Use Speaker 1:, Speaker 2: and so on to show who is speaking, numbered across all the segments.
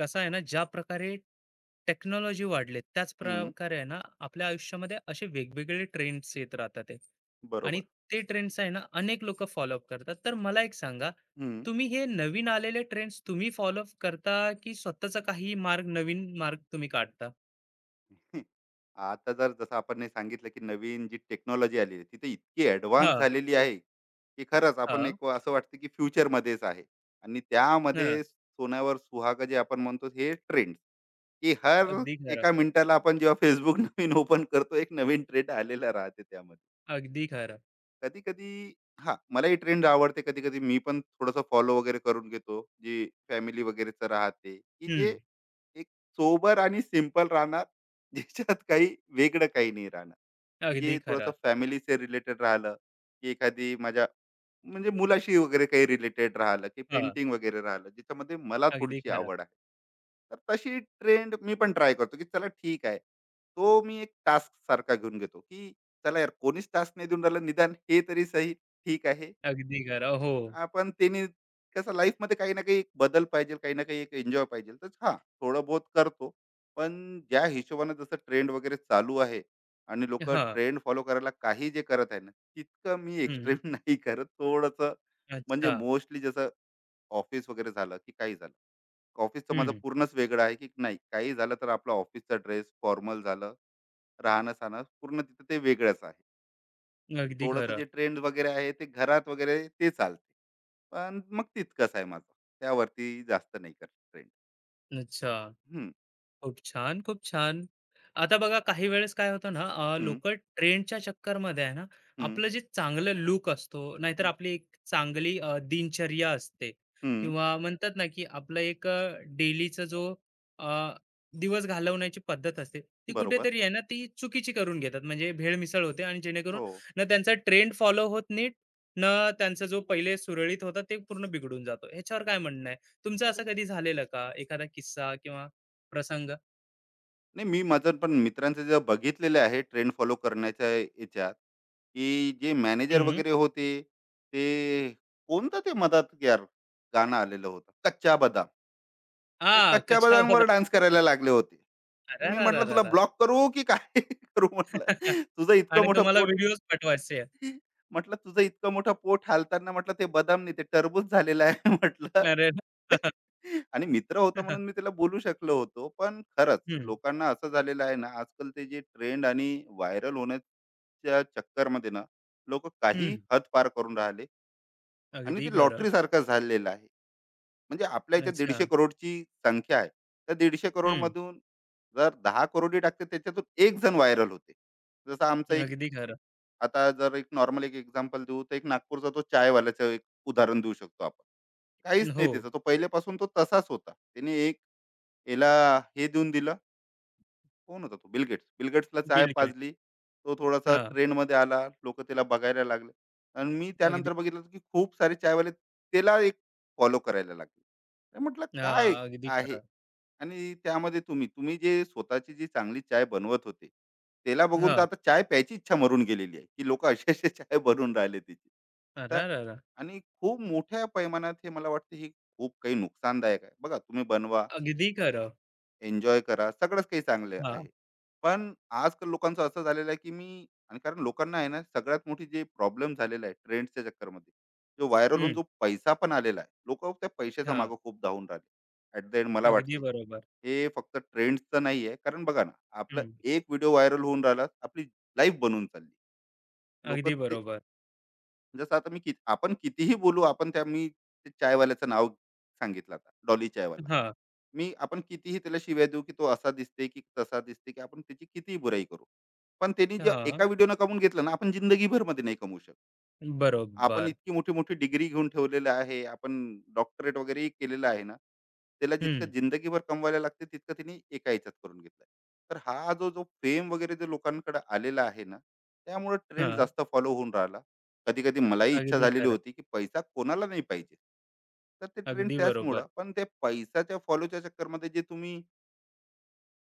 Speaker 1: कसं आहे ना, ज्या प्रकारे टेक्नॉलॉजी वाढली, त्याच
Speaker 2: हं,
Speaker 1: प्रकारे आहे ना, आपल्या आयुष्यामध्ये असे वेगवेगळे ट्रेंड्स येत राहतात आहे. आणि
Speaker 2: बरोबर.
Speaker 1: ते ट्रेंड्स आहे ना, अनेक लोकं फॉलोअप करतात. तर मला एक सांगा,
Speaker 2: हं.
Speaker 1: तुम्ही हे नवीन आलेले ट्रेंड्स फॉलोअप करता की स्वतःचा काही मार्ग नवीन मार्ग तुम्ही काढता?
Speaker 2: आता जर जसं आपण हे सांगितलं, की नवीन जी टेक्नॉलॉजी आली आहे, ती इतकी ॲडव्हान्स
Speaker 1: हां,
Speaker 2: झालेली आहे, की खरंच आपण
Speaker 1: हां,
Speaker 2: एक असं वाटतं, की फ्युचरमध्येच आहे. आणि
Speaker 1: हां.
Speaker 2: त्यामध्ये सोन्यावर सुहागा जे आपण म्हणतो, हे ट्रेंड, की हर
Speaker 1: अगदी खरं,
Speaker 2: एका मिनिटाला आपण जेव्हा Facebook नवीन ओपन करतो, एक नवीन ट्रेंड आलेला राहते त्यामध्ये.
Speaker 1: अगदी खरं.
Speaker 2: कधी कधी हा मलाही ट्रेंड आवडते, कधी कधी मी पण थोडस फॉलो वगैरे करून घेतो जे फॅमिली वगैरेच राहते, की
Speaker 1: हं,
Speaker 2: जे एक सोबर आणि सिम्पल राहणार ज्याच्यात काही वेगळं काही नाही राहणार, की
Speaker 1: अगदी
Speaker 2: जे थोडंसं
Speaker 1: खरं.
Speaker 2: फॅमिलीचे रिलेटेड राहिलं, की एखादी माझ्या म्हणजे मुलाशी वगैरे काही रिलेटेड राहिलं, की
Speaker 1: हां,
Speaker 2: पेंटिंग वगैरे राहिलं ज्याच्यामध्ये मला
Speaker 1: अगदी
Speaker 2: थोडीशी
Speaker 1: खरं,
Speaker 2: आवड आहे. तर तशी ट्रेंड मी पण ट्राय करतो, की चला ठीक आहे, तो मी एक टास्क सारखा घेऊन घेतो, की चला यार, कोणीच टास्क नाही देऊन राहिलं, निदान हे तरी सही, ठीक आहे.
Speaker 1: अगदी खरं. हो.
Speaker 2: आपण त्यांनी कसं, लाईफ मध्ये काही ना काही एक बदल पाहिजे, काही ना काही एक एन्जॉय पाहिजे, तर हा थोडं बहुत करतो. पण ज्या हिशोबाने जसं ट्रेंड वगैरे चालू आहे आणि लोक
Speaker 1: हां.
Speaker 2: ट्रेंड फॉलो करायला काही जे करत आहे ना, तितकं मी
Speaker 1: हं.
Speaker 2: एक्स्ट्रीम नाही करत थोडंसं. म्हणजे
Speaker 1: अच्छा.
Speaker 2: मोस्टली जसं ऑफिस वगैरे झालं, की काही झालं, ऑफिसचं माझं
Speaker 1: हं.
Speaker 2: पूर्णच वेगळं आहे, की नाही काही झालं तर आपला ऑफिसचा ड्रेस फॉर्मल झालं, राहणं सहाणं पूर्ण तिथं ते वेगळंच आहे.
Speaker 1: अगदी
Speaker 2: थोडंसं जे
Speaker 1: खरं.
Speaker 2: ट्रेंड वगैरे आहे ते घरात वगैरे ते चालते. पण मग तितकंच आहे माझं. त्यावरती जास्त नाही करत ट्रेंड.
Speaker 1: अच्छा.
Speaker 2: हं,
Speaker 1: खूप छान, खूप छान. आता बघा काही वेळेस काय होतं ना,
Speaker 2: हं,
Speaker 1: लोकं ट्रेंडच्या चक्करमध्ये आहे ना,
Speaker 2: हं,
Speaker 1: आपलं जे चांगलं लूक असतो, नाहीतर
Speaker 2: हं,
Speaker 1: आपली एक चांगली दिनचर्या असते
Speaker 2: हं.
Speaker 1: किंवा म्हणतात ना, की आपलं एक डेलीचा जो अ, दिवस घालवण्याची पद्धत असते, ती
Speaker 2: बरोबर.
Speaker 1: कुठेतरी आहे ना, ती चुकीची करून घेतात. म्हणजे भेळमिसळ होते आणि जेणेकरून
Speaker 2: हो.
Speaker 1: ना त्यांचा ट्रेंड फॉलो होत नीट, ना त्यांचा जो पहिले सुरळीत होता, ते पूर्ण बिघडून जातो. ह्याच्यावर काय म्हणणं आहे? तुमचं असं
Speaker 2: अरे
Speaker 1: कधी झालेलं का? एखादा किस्सा किंवा प्रसंग?
Speaker 2: नाही, मी माझं पण मित्रांचं जे बघितलेलं आहे ट्रेंड फॉलो करण्याच्या ह्याच्यात, की जे मॅनेजर
Speaker 1: हं.
Speaker 2: वगैरे होते, ते कोणतं ते मधात यार गाणं आलेलं होतं, कच्चा बदाम. ते
Speaker 1: हां,
Speaker 2: कच्च्या
Speaker 1: कशावर?
Speaker 2: बदामवर डान्स करायला लागले होते. तर मी म्हटलं, "तुला
Speaker 1: अरेरेरेरेरे!
Speaker 2: ब्लॉक करू की काय करू?" म्हटलं. "तुझं इतकं
Speaker 1: आणि
Speaker 2: मोठं
Speaker 1: तुम्हाला
Speaker 2: पोट"
Speaker 1: व्हिडिओज पाठवायचे आहेत.
Speaker 2: म्हटलं, तुझं इतकं मोठं पोट हालताना, म्हटलं ते बदाम नाही ते टरबूज झालेलं आहे म्हटलं.
Speaker 1: अरे!
Speaker 2: आणि मित्र होता म्हणून मी त्याला बोलू शकलो होतो. पण खरंच
Speaker 1: हं,
Speaker 2: लोकांना असं झालेलं आहे ना, आजकाल ते जे ट्रेंड आणि व्हायरल होण्याच्या चक्करमध्ये ना, लोकं काही
Speaker 1: हं.
Speaker 2: हद पार करून राहिले आणि
Speaker 1: अगदी
Speaker 2: ते
Speaker 1: खरं.
Speaker 2: लॉटरीसारखं झालेलं आहे. म्हणजे आपल्या इथे
Speaker 1: अच्छा.
Speaker 2: 150 करोडची संख्या आहे. त्या 150
Speaker 1: हं.
Speaker 2: करोडमधून जर 10 करोडही टाकते त्याच्यातून एक जण व्हायरल होते. जसं आमचा एक,
Speaker 1: अगदी खरं.
Speaker 2: आता जर एक नॉर्मल एक एक्झाम्पल देऊ, तर एक नागपूरचा तो चायवाल्याचं एक उदाहरण देऊ शकतो आपण. काहीच नाही
Speaker 1: हो.
Speaker 2: त्याचं. तो पहिल्यापासून तो तसाच होता. त्याने एक, याला हे देऊन दिलं. कोण होता तो? Bill Gates. चाय
Speaker 1: बिल गेट्स.
Speaker 2: पाजली. तो थोडासा
Speaker 1: हां.
Speaker 2: ट्रेंडमध्ये आला. लोकं त्याला बघायला लागले. आणि मी
Speaker 1: अगदी
Speaker 2: त्यानंतर बघितलं, की खूप सारे चायवाले त्याला एक फॉलो करायला लागले. तर म्हटलं काय
Speaker 1: हां, अगदी
Speaker 2: आहे?
Speaker 1: खरं.
Speaker 2: आणि त्यामध्ये तुम्ही तुम्ही जे स्वतःची जी चांगली चाय बनवत होते, त्याला बघून तर
Speaker 1: हां.
Speaker 2: आता चाय प्यायची इच्छा मरून गेलेली आहे, की लोकं असे-असे चाय बनवून राहिले तिची. तर
Speaker 1: अरेरेरे!
Speaker 2: आणि खूप मोठ्या पैमानात हे मला वाटतं, हे खूप काही नुकसानदायक आहे. बघा तुम्ही बनवा,
Speaker 1: अगदी खरं.
Speaker 2: एन्जॉय करा, सगळंच काही चांगलं
Speaker 1: हां.
Speaker 2: आहे. पण आजकाल लोकांचं असं झालेलं आहे, की मी आणि कारण लोकांना आहे ना, सगळ्यात मोठी जी प्रॉब्लेम झालेला आहे ट्रेंड्सच्या चक्करमध्ये, जो व्हायरल होऊन
Speaker 1: हं.
Speaker 2: जो पैसा पण आलेला आहे, लोकं त्या पैशाच्या
Speaker 1: हां.
Speaker 2: मागे खूप धावून राहिले. ॲट द एंड मला
Speaker 1: अगदी
Speaker 2: वाटते,
Speaker 1: बरोबर.
Speaker 2: हे फक्त ट्रेंड्सचं नाही आहे. कारण बघा ना, आपला
Speaker 1: हं.
Speaker 2: एक व्हिडिओ व्हायरल होऊन राहिला, आपली लाईफ बनून चालली. लोकं
Speaker 1: अगदी
Speaker 2: ते
Speaker 1: बरोबर.
Speaker 2: जसं आता मी कित आपण कितीही बोलू, आपण त्या मी ते चायवाल्याचं नाव सांगितलं आता, डॉली चायवाला.
Speaker 1: हां.
Speaker 2: मी आपण कितीही त्याला शिव्या देऊ, की तो असा दिसते की तसा दिसते, की आपण त्याची कितीही बुराई करू, पण त्यांनी जे
Speaker 1: हां.
Speaker 2: एका व्हिडिओनं कमवून घेतलं ना, आपण जिंदगीभर मध्ये नाही कमवू शकत. आपण
Speaker 1: बरोबर.
Speaker 2: इतकी मोठी मोठी डिग्री घेऊन ठेवलेलं आहे, आपण डॉक्टरेट वगैरेही केलेलं आहे ना, त्याला
Speaker 1: हं.
Speaker 2: जितकं जिंदगीभर कमवायला लागते, तितकं तिने एका ह्याच्यात करून घेतलंय. तर हा जो जो फेम वगैरे जो लोकांकडे आलेला आहे ना, त्यामुळे ट्रेंड
Speaker 1: हां.
Speaker 2: जास्त फॉलो होऊन राहिला. कधी कधी मलाही इच्छा
Speaker 1: अगदी
Speaker 2: झालेली
Speaker 1: खरं.
Speaker 2: होती, की पैसा कोणाला नाही पाहिजे. तर ते ट्रेंड
Speaker 1: अगदी बरोबर.
Speaker 2: त्याचमुळं, पण ते पैसाच्या फॉलोच्या चक्करमध्ये जे तुम्ही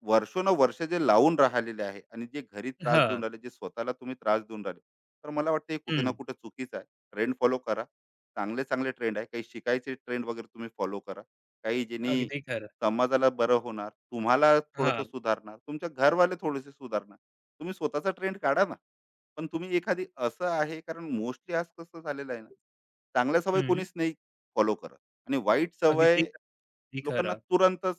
Speaker 2: वर्षोनवर्ष जे लावून राहिलेले आहे आणि जे घरी त्रास
Speaker 1: हां.
Speaker 2: देऊन राहिले, जे स्वतःला तुम्ही त्रास देऊन राहिले, तर मला वाटतं हे कुठे ना
Speaker 1: हं.
Speaker 2: कुठे चुकीचं आहे. ट्रेंड फॉलो करा. चांगले-चांगले ट्रेंड आहे. काही शिकायचे ट्रेंड वगैरे तुम्ही फॉलो करा. काही ज्यांनी
Speaker 1: अगदी खरं.
Speaker 2: समाजाला बरं होणार, तुम्हाला थोडंसं
Speaker 1: हां.
Speaker 2: सुधारणार, तुमच्या घरवाले थोडेसे सुधारणार. तुम्ही स्वतःचा ट्रेंड काढा ना. पण तुम्ही एखादी असं आहे, कारण मोस्टली आज कसं झालेलं आहे ना, चांगल्या सवय
Speaker 1: हं.
Speaker 2: कोणीच नाही फॉलो करत आणि वाईट
Speaker 1: अगदी,
Speaker 2: सवय
Speaker 1: अगदी
Speaker 2: लोकांना
Speaker 1: खरं.
Speaker 2: तुरंतच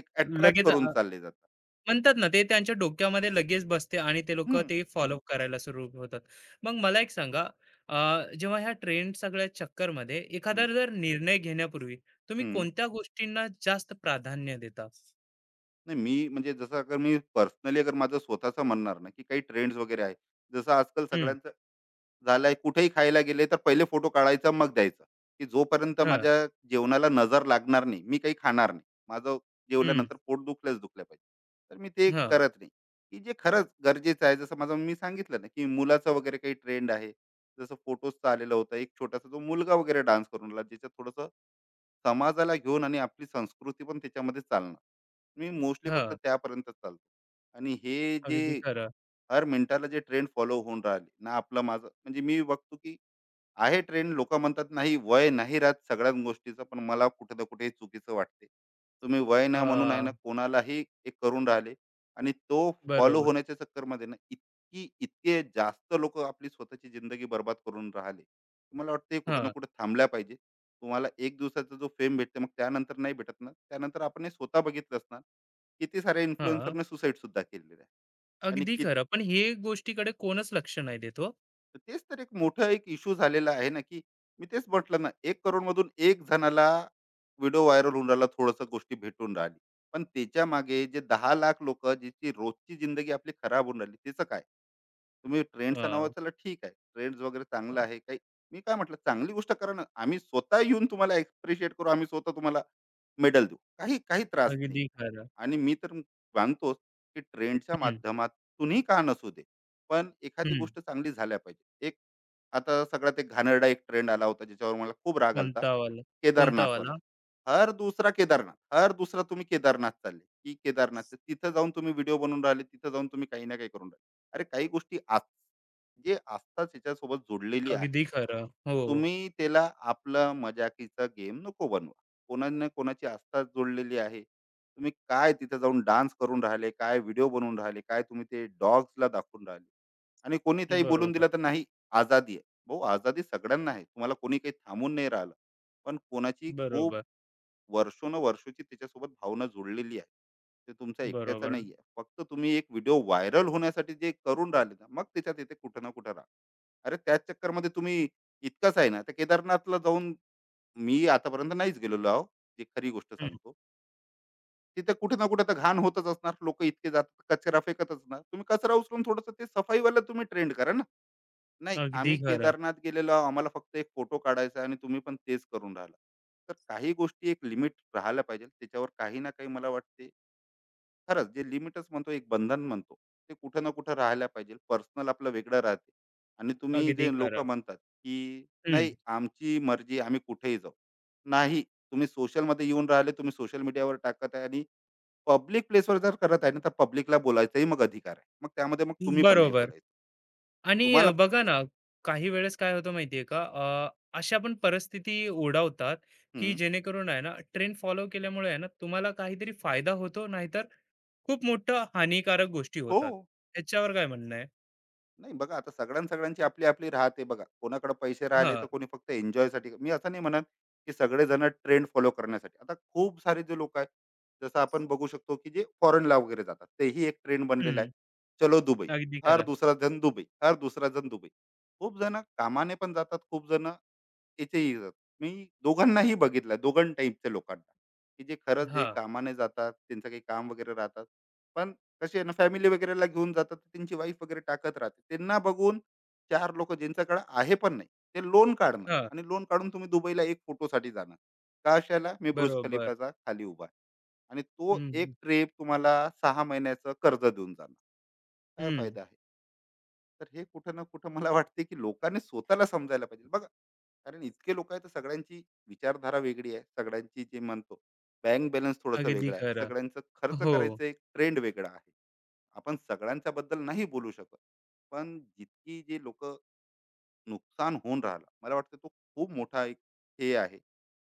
Speaker 2: एक अट्रॅक्ट
Speaker 1: लगेच
Speaker 2: करून चालले जाते.
Speaker 1: म्हणतात ना, ते त्यांच्या डोक्यामध्ये लगेच बसते आणि ते लोकं
Speaker 2: हं,
Speaker 1: ते फॉलो करायला सुरू होतात. मग मला एक सांगा, अ, जेव्हा ह्या ट्रेंड सगळ्या चक्करमध्ये
Speaker 2: हं,
Speaker 1: एखादा जर निर्णय घेण्यापूर्वी तुम्ही
Speaker 2: हं.
Speaker 1: कोणत्या गोष्टींना जास्त प्राधान्य देता?
Speaker 2: नाही, मी म्हणजे जसं अगर मी पर्सनली अगर माझं स्वतःचं म्हणणार ना, की काही ट्रेंड्स वगैरे आहे. जसं आजकाल
Speaker 1: हं.
Speaker 2: सगळ्यांचं झालाय, कुठेही खायला गेले तर पहिले फोटो काढायचा मग द्यायचा, की जोपर्यंत
Speaker 1: हां.
Speaker 2: माझ्या जेवणाला नजर लागणार नाही, मी काही खाणार नाही. माझं
Speaker 1: हं.
Speaker 2: जेवल्यानंतर पोट दुखल्याच दुखलं पाहिजे. तर मी ते
Speaker 1: हां.
Speaker 2: करत नाही, की जे खरंच गरजेचं आहे. जसं माझं मी सांगितलं ना, की मुलाचं वगैरे काही ट्रेंड आहे. जसं फोटोजचं आलेलं होतं. एक छोटासा जो मुलगा वगैरे डान्स करून राहिला, ज्याच्यात थोडंसं समाजाला घेऊन आणि आपली संस्कृती पण त्याच्यामध्ये चालणं. मी मोस्टली फक्त
Speaker 1: हां.
Speaker 2: त्यापर्यंतच चालतो. आणि हे
Speaker 1: अगदी
Speaker 2: जे
Speaker 1: खरं.
Speaker 2: हर मिनिटाला जे ट्रेंड फॉलो होऊन राहिले ना, आपलं माझं म्हणजे मी बघतो, की आहे ट्रेंड, लोक म्हणतात नाही वय नाही राहत सगळ्याच गोष्टीचं, पण मला कुठे ना कुठे हे चुकीचं वाटते. तुम्ही वय ना म्हणून आहे
Speaker 1: अ,
Speaker 2: ना, कोणालाही एक करून राहिले आणि तो फॉलो
Speaker 1: बरोबर.
Speaker 2: होण्याच्या चक्करमध्ये ना, इतके जास्त लोक आपली स्वतःची जिंदगी बर्बाद करून राहिले. मला वाटते कुठं ना
Speaker 1: हां.
Speaker 2: कुठं थांबल्या पाहिजे. तुम्हाला एक दिवसाचा जो फेम भेटते, मग त्यानंतर नाही भेटत ना, त्यानंतर आपण हे स्वतः बघितलं असणार किती सारे
Speaker 1: हां.
Speaker 2: इन्फ्लुएन्सरने सुसाईड सुद्धा केलेले आहे. आणि
Speaker 1: अगदी खरं. पण हे गोष्टीकडे कोणच लक्ष नाही देत हो.
Speaker 2: तर तेच तर एक मोठं एक इश्यू झालेला आहे ना, की मी तेच म्हटलं ना, 1 करोड मधून 1 जणाला व्हिडिओ व्हायरल होऊन राहिला, थोडंसं गोष्टी भेटून राहिली. पण त्याच्या मागे जे 10 लाख लोकं ज्याची रोजची जिंदगी आपली खराब होऊन राहिली, त्याचं काय? तुम्ही ट्रेंड्सचं नाव चला ठीक आहे. ट्रेंड्स वगैरे चांगलं आहे काही. मी काय म्हटलं, चांगली गोष्ट करा ना. आम्ही स्वतः येऊन तुम्हाला ॲप्रिशिएट करू. आम्ही स्वतः तुम्हाला मेडल देऊ. काही काही त्रास नाही.
Speaker 1: अगदी खरं.
Speaker 2: आणि मी तर मानतोच, की ट्रेंडच्या
Speaker 1: हं.
Speaker 2: माध्यमातूनही का नसू दे, पण एखादी
Speaker 1: हं.
Speaker 2: गोष्ट चांगली झाल्या पाहिजे. एक आता सगळ्यात एक घाणेरडा एक ट्रेंड आला होता, ज्याच्यावर मला खूप राग आला होता.
Speaker 1: कोणता वाला? कोणता वाला?
Speaker 2: केदारनाथवाला. हर दुसरा केदारनाथ, हर दुसरा तुम्ही केदारनाथ चालले, की केदारनाथ. तिथं जाऊन तुम्ही व्हिडिओ बनवून राहिले, तिथं जाऊन तुम्ही काही ना काही करून राहिले. अरे काही गोष्टी आज जे आस्थाच याच्यासोबत जोडलेली आहे.
Speaker 1: अगदी खरं. हो.
Speaker 2: तुम्ही त्याला आपला मजाकीचा गेम नको बनवा. कोणा ना कोणाची आस्था जोडलेली आहे. तुम्ही काय तिथे जाऊन डान्स करून राहिले, काय व्हिडिओ बनवून राहिले, काय तुम्ही ते डॉग्सला दाखवून राहिले. आणि कोणी काही बोलून
Speaker 1: बरोबर,
Speaker 2: दिलं तर नाही, आजादी आहे भाऊ, आजादी सगळ्यांना आहे, तुम्हाला कोणी काही थांबून नाही राहिलं. पण कोणाची खूप
Speaker 1: बरोबर,
Speaker 2: वर्षोन वर्षोची त्याच्यासोबत भावना जुळलेली आहे. ते तुमच्या एकट्याचं
Speaker 1: बरोबर.
Speaker 2: नाही आहे, फक्त तुम्ही एक व्हिडिओ व्हायरल होण्यासाठी जे करून राहिले ना, मग त्याच्यात येते कुठं ना कुठं राहा. अरे त्याच चक्करमध्ये तुम्ही, इतकंच आहे ना, तर केदारनाथला जाऊन मी आतापर्यंत नाहीच गेलेलो आहो, जी खरी गोष्ट
Speaker 1: हं.
Speaker 2: सांगतो. तिथे कुठे ना कुठे तर घाण होतच असणार, लोक इतके जातात कचरा फेकत असणार, तुम्ही कचरा उचलून थोडस ते सफाईवाला तुम्ही ट्रेंड करा ना. नाही,
Speaker 1: अगदी
Speaker 2: आम्ही
Speaker 1: खरं,
Speaker 2: केदारनाथ गेलेलो आहोत. आम्हाला फक्त एक फोटो काढायचा आहे आणि तुम्ही पण तेच करून राहिला. तर काही गोष्टी एक लिमिट राहायला पाहिजे. त्याच्यावर काही ना काही मला वाटते, खरंच जे लिमिटच म्हणतो, एक बंधन म्हणतो, ते कुठं ना कुठं राहायला पाहिजे. पर्सनल आपलं वेगळं राहते आणि तुम्ही
Speaker 1: अगदी
Speaker 2: जे
Speaker 1: खरं.
Speaker 2: लोकं म्हणतात, की
Speaker 1: हं.
Speaker 2: नाही आमची मर्जी आम्ही कुठेही जाऊ. नाही, तुम्ही सोशलमध्ये येऊन राहिले, तुम्ही सोशल मीडियावर टाकत आहे आणि पब्लिक प्लेसवर जर करत आहे ना, तर पब्लिकला बोलायचाही मग अधिकार आहे. मग त्यामध्ये मग तुम्ही पण नाही
Speaker 1: बरोबर.
Speaker 2: बोलायचं.
Speaker 1: आणि
Speaker 2: तुम्हाला
Speaker 1: बघा ना, काही वेळेस काय होतं माहितीये का? अशा पण परिस्थिती ओढावतात, की
Speaker 2: हं.
Speaker 1: जेणेकरून आहे ना, ट्रेंड फॉलो केल्यामुळे आहे ना, तुम्हाला काहीतरी फायदा होतो, नाहीतर खूप मोठं हानिकारक गोष्टी
Speaker 2: हो.
Speaker 1: होतात. ह्याच्यावर काय म्हणणं आहे?
Speaker 2: नाही बघा, आता सगळ्यांची आपली आपली राहते. बघा कोणाकडे पैसे राहिले
Speaker 1: हां.
Speaker 2: तर कोणी फक्त एन्जॉयसाठी, मी असं नाही म्हणत की सगळेजण ट्रेंड फॉलो करण्यासाठी. आता खूप सारे जे लोक आहेत, जसं आपण बघू शकतो की जे फॉरेनला वगैरे जातात, तेही एक ट्रेंड बनलेला आहे.
Speaker 1: हं.
Speaker 2: चलो दुबई.
Speaker 1: अगदी
Speaker 2: हर
Speaker 1: खरं.
Speaker 2: दुसरा जण दुबई, हर दुसरा जण दुबई. खूप जण कामाने पण जातात, खूप जण त्याचेही जात. मी दोघांनाही बघितलं, दोघं टाईपच्या लोकांना, की जे खरंच जे
Speaker 1: हां,
Speaker 2: कामाने जातात, त्यांचं काही काम वगैरे राहतात. पण कसे आहे ना, फॅमिली वगैरेला घेऊन जातात, त्यांची वाईफ वगैरे टाकत राहते. त्यांना बघून चार लोक ज्यांच्याकडे आहे पण नाही, ते लोन काढणं
Speaker 1: हां.
Speaker 2: आणि लोन काढून तुम्ही दुबईला एक फोटोसाठी जाणार. कशाला? मी बुर्ज
Speaker 1: बरोबर.
Speaker 2: खलिफाचा खाली उभा आहे, आणि तो
Speaker 1: हं,
Speaker 2: एक
Speaker 1: हं.
Speaker 2: ट्रिप तुम्हाला 6 महिन्याचं कर्ज देऊन जाणार. काय फायदा आहे? तर हे कुठं ना कुठं मला वाटते की लोकांनी स्वतःला समजायला पाहिजे बघा. कारण इतके लोक आहेत तर सगळ्यांची विचारधारा वेगळी आहे, सगळ्यांची जे म्हणतो बँक बॅलन्स थोडासा
Speaker 1: अगदी
Speaker 2: वेगळा आहे,
Speaker 1: खरं.
Speaker 2: सगळ्यांचं खर्च
Speaker 1: हो.
Speaker 2: करायचं एक ट्रेंड वेगळा आहे. आपण सगळ्यांच्या बद्दल नाही बोलू शकत, पण जितकी जे लोक नुकसान होऊन राहिलं मला वाटतं तो खूप मोठा एक हे आहे.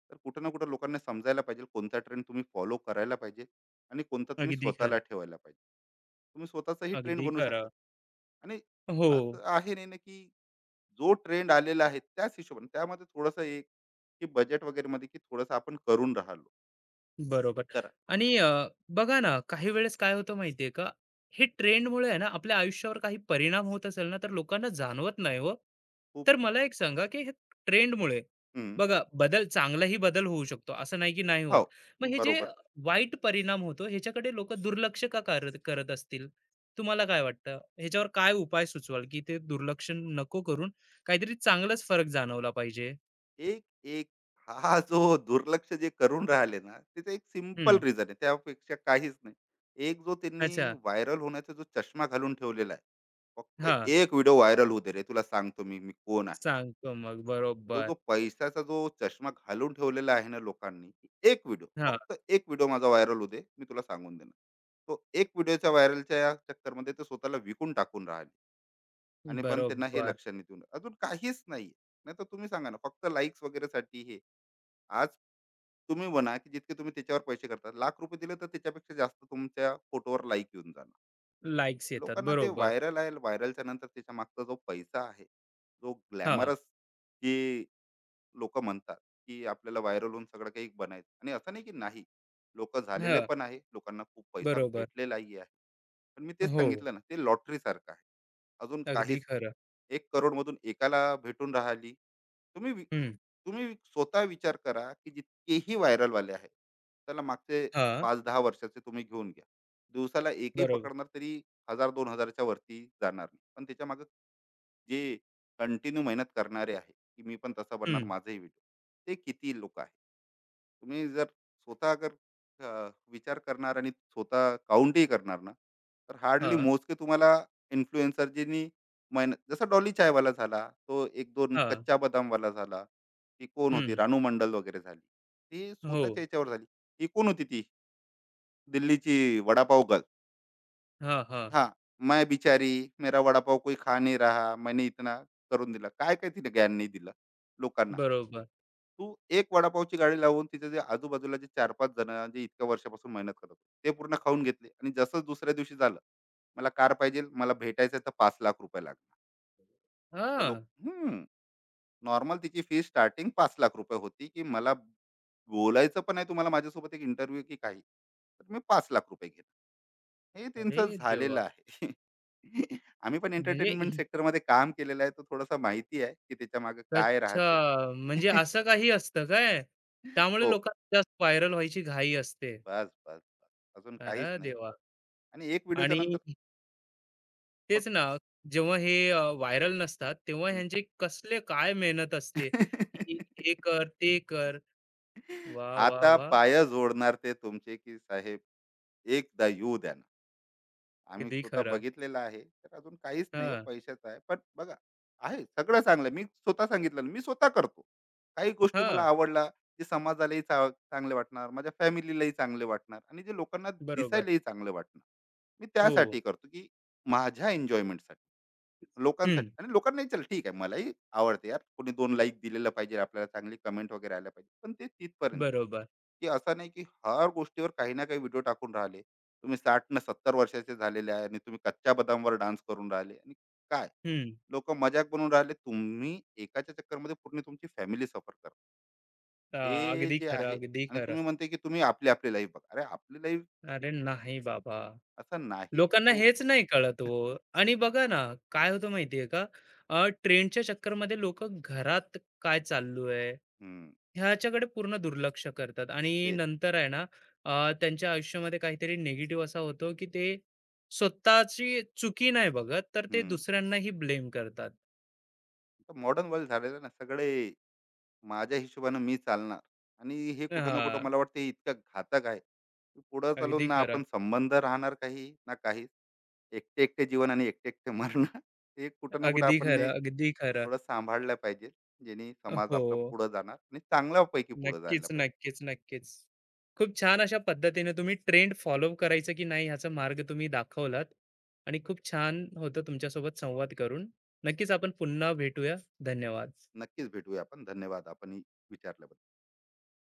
Speaker 2: तर कुठं ना कुठं लोकांना समजायला पाहिजे कोणता ट्रेंड तुम्ही फॉलो करायला पाहिजे आणि कोणता तुम्ही
Speaker 1: अगदी खरं.
Speaker 2: स्वतःला ठेवायला पाहिजे. तुम्ही स्वतःचाही ट्रेंड
Speaker 1: अगदी
Speaker 2: बनवू शकता.
Speaker 1: खरं.
Speaker 2: आणि
Speaker 1: हो.
Speaker 2: असं आहे नाही ना की जो ट्रेंड आलेला आहे त्याच हिशोबाने त्यामध्ये थोडंसं एक की बजेट वगैरे मध्ये की थोडंसं आपण करून राहिलो
Speaker 1: बरोबर.
Speaker 2: करा.
Speaker 1: आणि बघा ना, काही वेळेस काय होतं माहिती आहे का? हे ट्रेंडमुळे आहे ना, आपल्या आयुष्यावर काही परिणाम होत असेल ना, तर लोकांना जाणवत नाही हो.
Speaker 2: खूप.
Speaker 1: तर मला एक सांगा, की हे ट्रेंडमुळे
Speaker 2: हम्म,
Speaker 1: बघा, बदल चांगलाही बदल होऊ शकतो, असं नाही की नाही होत.
Speaker 2: हो,
Speaker 1: मग हे जे
Speaker 2: बरोबर.
Speaker 1: वाईट परिणाम होतो, ह्याच्याकडे लोकं दुर्लक्ष का करत करत असतील? तुम्हाला काय वाटतं? ह्याच्यावर काय उपाय सुचवाल, की ते दुर्लक्ष नको करून काहीतरी चांगलाच फरक जाणवला पाहिजे?
Speaker 2: एक हा जो दुर्लक्ष जे करून राहिले ना, त्याचं एक सिंपल
Speaker 1: हं.
Speaker 2: रिझन आहे. त्यापेक्षा काहीच नाही. एक जो त्यांनी
Speaker 1: अच्छा.
Speaker 2: व्हायरल होण्याचा जो चष्मा घालून ठेवलेला आहे. फक्त
Speaker 1: हां.
Speaker 2: एक व्हिडिओ व्हायरल होऊ रे, तुला सांगतो मी, मी कोण आहे.
Speaker 1: सांगतो मग.
Speaker 2: तो
Speaker 1: बरोबर.
Speaker 2: जो पैशाचा जो चष्मा घालून ठेवलेला आहे ना लोकांनी, की एक व्हिडिओ,
Speaker 1: हां.
Speaker 2: फक्त एक व्हिडिओ माझा व्हायरल होऊ मी तुला सांगून देणार. तो एक व्हिडिओच्या व्हायरलच्या चक्करमध्ये ते स्वतःला विकून टाकून राहिले. आणि पण त्यांना हे
Speaker 1: बरोबर.
Speaker 2: लक्षात नाही देऊन अजून काहीच नाही. नाहीतर तुम्ही सांगा ना, फक्त लाइक्स वगैरेसाठी हे. आज तुम्ही म्हणा की जितके तुम्ही त्याच्यावर पैसे करता लाख रुपये दिले तर त्याच्यापेक्षा जास्त तुमच्या फोटोवर लाईक येऊन जाणार.
Speaker 1: लाइक्स येतात.
Speaker 2: लोकांना ते
Speaker 1: बरोबर.
Speaker 2: व्हायरल आहे, व्हायरलच्या नंतर त्याच्या मागचा जो पैसा आहे, जो
Speaker 1: हां,
Speaker 2: ग्लॅमरस जे लोक म्हणतात की आपल्याला व्हायरल होऊन सगळं काही बनायचं. आणि असं नाही की नाही, लोक झालेले
Speaker 1: हां.
Speaker 2: पण आहे, लोकांना खूप पैसा
Speaker 1: बरोबर.
Speaker 2: भेटलेलाही आहे. पण मी तेच
Speaker 1: हो,
Speaker 2: सांगितलं ना, ते लॉटरी सारखं आहे. अजून
Speaker 1: अगदी
Speaker 2: काहीच नाही.
Speaker 1: खरं.
Speaker 2: 1 करोड मधून एकाला भेटून राहिली. तुम्ही वि-
Speaker 1: हं.
Speaker 2: तुम्ही स्वतः विचार करा की जितकेही व्हायरल वाले आहे त्याला मागचे
Speaker 1: हां.
Speaker 2: 5-10 वर्षाचे तुम्ही घेऊन घ्या, दिवसाला एकही
Speaker 1: बरोबर.
Speaker 2: पकडणार तरी 1000-2000 च्या वरती जाणार नाही. पण त्याच्या मागे जे कंटिन्यू मेहनत करणारे आहे की मी पण तसा बनणार,
Speaker 1: हं.
Speaker 2: माझाही व्हिडिओ, ते किती लोक आहे तुम्ही जर स्वतः अगर विचार करणार आणि स्वतः काउंटही करणार ना, तर हार्डली
Speaker 1: हा।
Speaker 2: मोजके तुम्हाला इन्फ्लुएन्सर ज्यांनी महिन जसा डॉली चायवाला झाला, तो एक दोन
Speaker 1: हां.
Speaker 2: कच्चा बदामवाला झाला, ती कोण होती
Speaker 1: हं.
Speaker 2: रानू मंडल वगैरे झाली, ती
Speaker 1: हो.
Speaker 2: स्वतःच्या याच्यावर झाली. ही कोण होती ती दिल्लीची वडापाव गर्ल.
Speaker 1: हां, हां.
Speaker 2: हा, मैं बिचारी मेरा वडापाव कोई खा नाही रहा मैंने इतना करून दिला, काय काय तिने ज्ञान नाही दिलं लोकांना.
Speaker 1: बरोबर.
Speaker 2: तू एक वडापावची गाडी लावून तिथे जे आजूबाजूला जे चार पाच जण जे इतक्या वर्षापासून मेहनत करत होते ते पूर्ण खाऊन घेतले. आणि जसं दुसऱ्या दिवशी झालं मला कार पाहिजे, मला भेटायचं आहे, तर 5 लाख रुपये लागणार. तर लोक
Speaker 1: हां.
Speaker 2: हम्म, नॉर्मल तिची फी स्टार्टिंग 5 लाख रुपये होती. की मला बोलायचं पण आहे तुम्हाला माझ्यासोबत एक इंटरव्ह्यू की काही, तर मी 5 लाख रुपये घेणार, हे
Speaker 1: अरे
Speaker 2: त्यांचं
Speaker 1: देवा!
Speaker 2: झालेलं आहे. आम्ही पण
Speaker 1: म्हणजे
Speaker 2: एंटरटेनमेंट
Speaker 1: ही
Speaker 2: सेक्टरमध्ये काम केलेलं आहे, तर थोडंसं माहिती आहे की त्याच्या मागे काय राहते.
Speaker 1: अच्छा. म्हणजे असं काही असतं काय? त्यामुळे
Speaker 2: हो.
Speaker 1: लोकांना जास्त व्हायरल व्हायची घाई असते.
Speaker 2: बस, बस, बस. अजून काहीच
Speaker 1: अरे
Speaker 2: नाही.
Speaker 1: देवा!
Speaker 2: आणि एक व्हिडिओच्या
Speaker 1: आणि
Speaker 2: नंतर
Speaker 1: तेच
Speaker 2: फक्त
Speaker 1: ना, जेव्हा हे व्हायरल नसतात, तेव्हा
Speaker 2: हं.
Speaker 1: ह्यांचे कसले काय मेहनत असते, की हे कर, ते कर. वा वा
Speaker 2: हाता
Speaker 1: वा
Speaker 2: पाय जोडणार ते तुमचे, की साहेब एकदा येऊ द्या ना. आम्ही
Speaker 1: अगदी
Speaker 2: स्वतः
Speaker 1: खरं.
Speaker 2: बघितलेलं आहे. तर अजून काहीच नाहीये,
Speaker 1: हां,
Speaker 2: पैशाचं आहे. पण बघा, आहे सगळं चांगलं, मी स्वतः सांगितलं ना, मी स्वतः करतो. काही गोष्टी मला
Speaker 1: हां.
Speaker 2: आवडल्या, जे समाजालाही चांगले वाटणार, माझ्या फॅमिलीलाही चांगले वाटणार आणि जे लोकांना
Speaker 1: बरोबर.
Speaker 2: दिसायलाही चांगलं वाटणार. मी
Speaker 1: हो.
Speaker 2: त्यासाठी करतो, की माझ्या एन्जॉयमेंटसाठी.
Speaker 1: हं.
Speaker 2: लोकांसाठी आणि लोकांना नाही, चल ठीक आहे, मलाही आवडते यार, कोणी दोन लाईक दिलेलं पाहिजे, आपल्याला चांगली कमेंट वगैरे आल्या पाहिजे, पण ते तिथपर्यंत.
Speaker 1: बरोबर.
Speaker 2: की असं नाही की हर गोष्टीवर काही ना काही व्हिडिओ टाकून राहिले, तुम्ही 60 न 70 वर्षाचे झालेले आहे आणि तुम्ही कच्च्या बदामवर डान्स करून राहिले आणि काय
Speaker 1: हं.
Speaker 2: लोक मजाक बनवून राहिले, तुम्ही एकाच्या चक्करमध्ये पूर्ण तुमची फॅमिली सफर करा,
Speaker 1: अ,
Speaker 2: हे
Speaker 1: अगदी
Speaker 2: जे
Speaker 1: खरं,
Speaker 2: आहे.
Speaker 1: अगदी
Speaker 2: आणि तुम्ही
Speaker 1: खरं.
Speaker 2: म्हणते की तुम्ही आपली आपली लाईफ बघा, अरे आपली लाईफ
Speaker 1: अरे नाही बाबा.
Speaker 2: असं नाही
Speaker 1: लोकांना
Speaker 2: हो.
Speaker 1: हेच नाही कळत हो. आणि बघा ना, काय होतं माहिती आहे का? ट्रेंडच्या चक्करमध्ये लोकं घरात काय चालू आहे,
Speaker 2: हम्म,
Speaker 1: ह्याच्याकडे पूर्ण दुर्लक्ष करतात आणि
Speaker 2: तेच.
Speaker 1: नंतर आहे ना, त्यांच्या आयुष्यामध्ये काहीतरी निगेटिव्ह असा होतो, की ते स्वतःची चुकी नाही बघत, तर ते
Speaker 2: हम्म,
Speaker 1: दुसऱ्यांनाही ब्लेम करतात.
Speaker 2: मॉडर्न वर्ल्ड झालेलं ना सगळे, माझ्या हिशोबानं मी चालणार. आणि हे कुठं ना कुठं
Speaker 1: हां.
Speaker 2: मला वाटतं हे इतकं घातक आहे की पुढं चालून
Speaker 1: अगदी
Speaker 2: ना
Speaker 1: खरं,
Speaker 2: आपण संबंध राहणार काही ना काही, एकटे एकटे जीवन आणि एकटे एकटे मरण. हे कुठं ना कुठं
Speaker 1: अगदी
Speaker 2: आपण ने
Speaker 1: खरं, अगदी खरं.
Speaker 2: थोडं सांभाळलं पाहिजे, जेणे समाज आपला
Speaker 1: हो.
Speaker 2: पुढं जाणार आणि चांगल्यापैकी पुढं
Speaker 1: नक्कीच,
Speaker 2: जायला पाहिजे.
Speaker 1: नक्कीच, नक्कीच. खूप छान अशा पद्धतीने तुम्ही ट्रेंड फॉलो करायचं की नाही ह्याचा मार्ग तुम्ही दाखवलात आणि खूप छान होतं तुमच्यासोबत संवाद करून. नक्कीच आपण पुन्हा भेटूया. धन्यवाद.
Speaker 2: नक्कीच भेटूया आपण. धन्यवाद आपण ही विचारल्याबद्दल.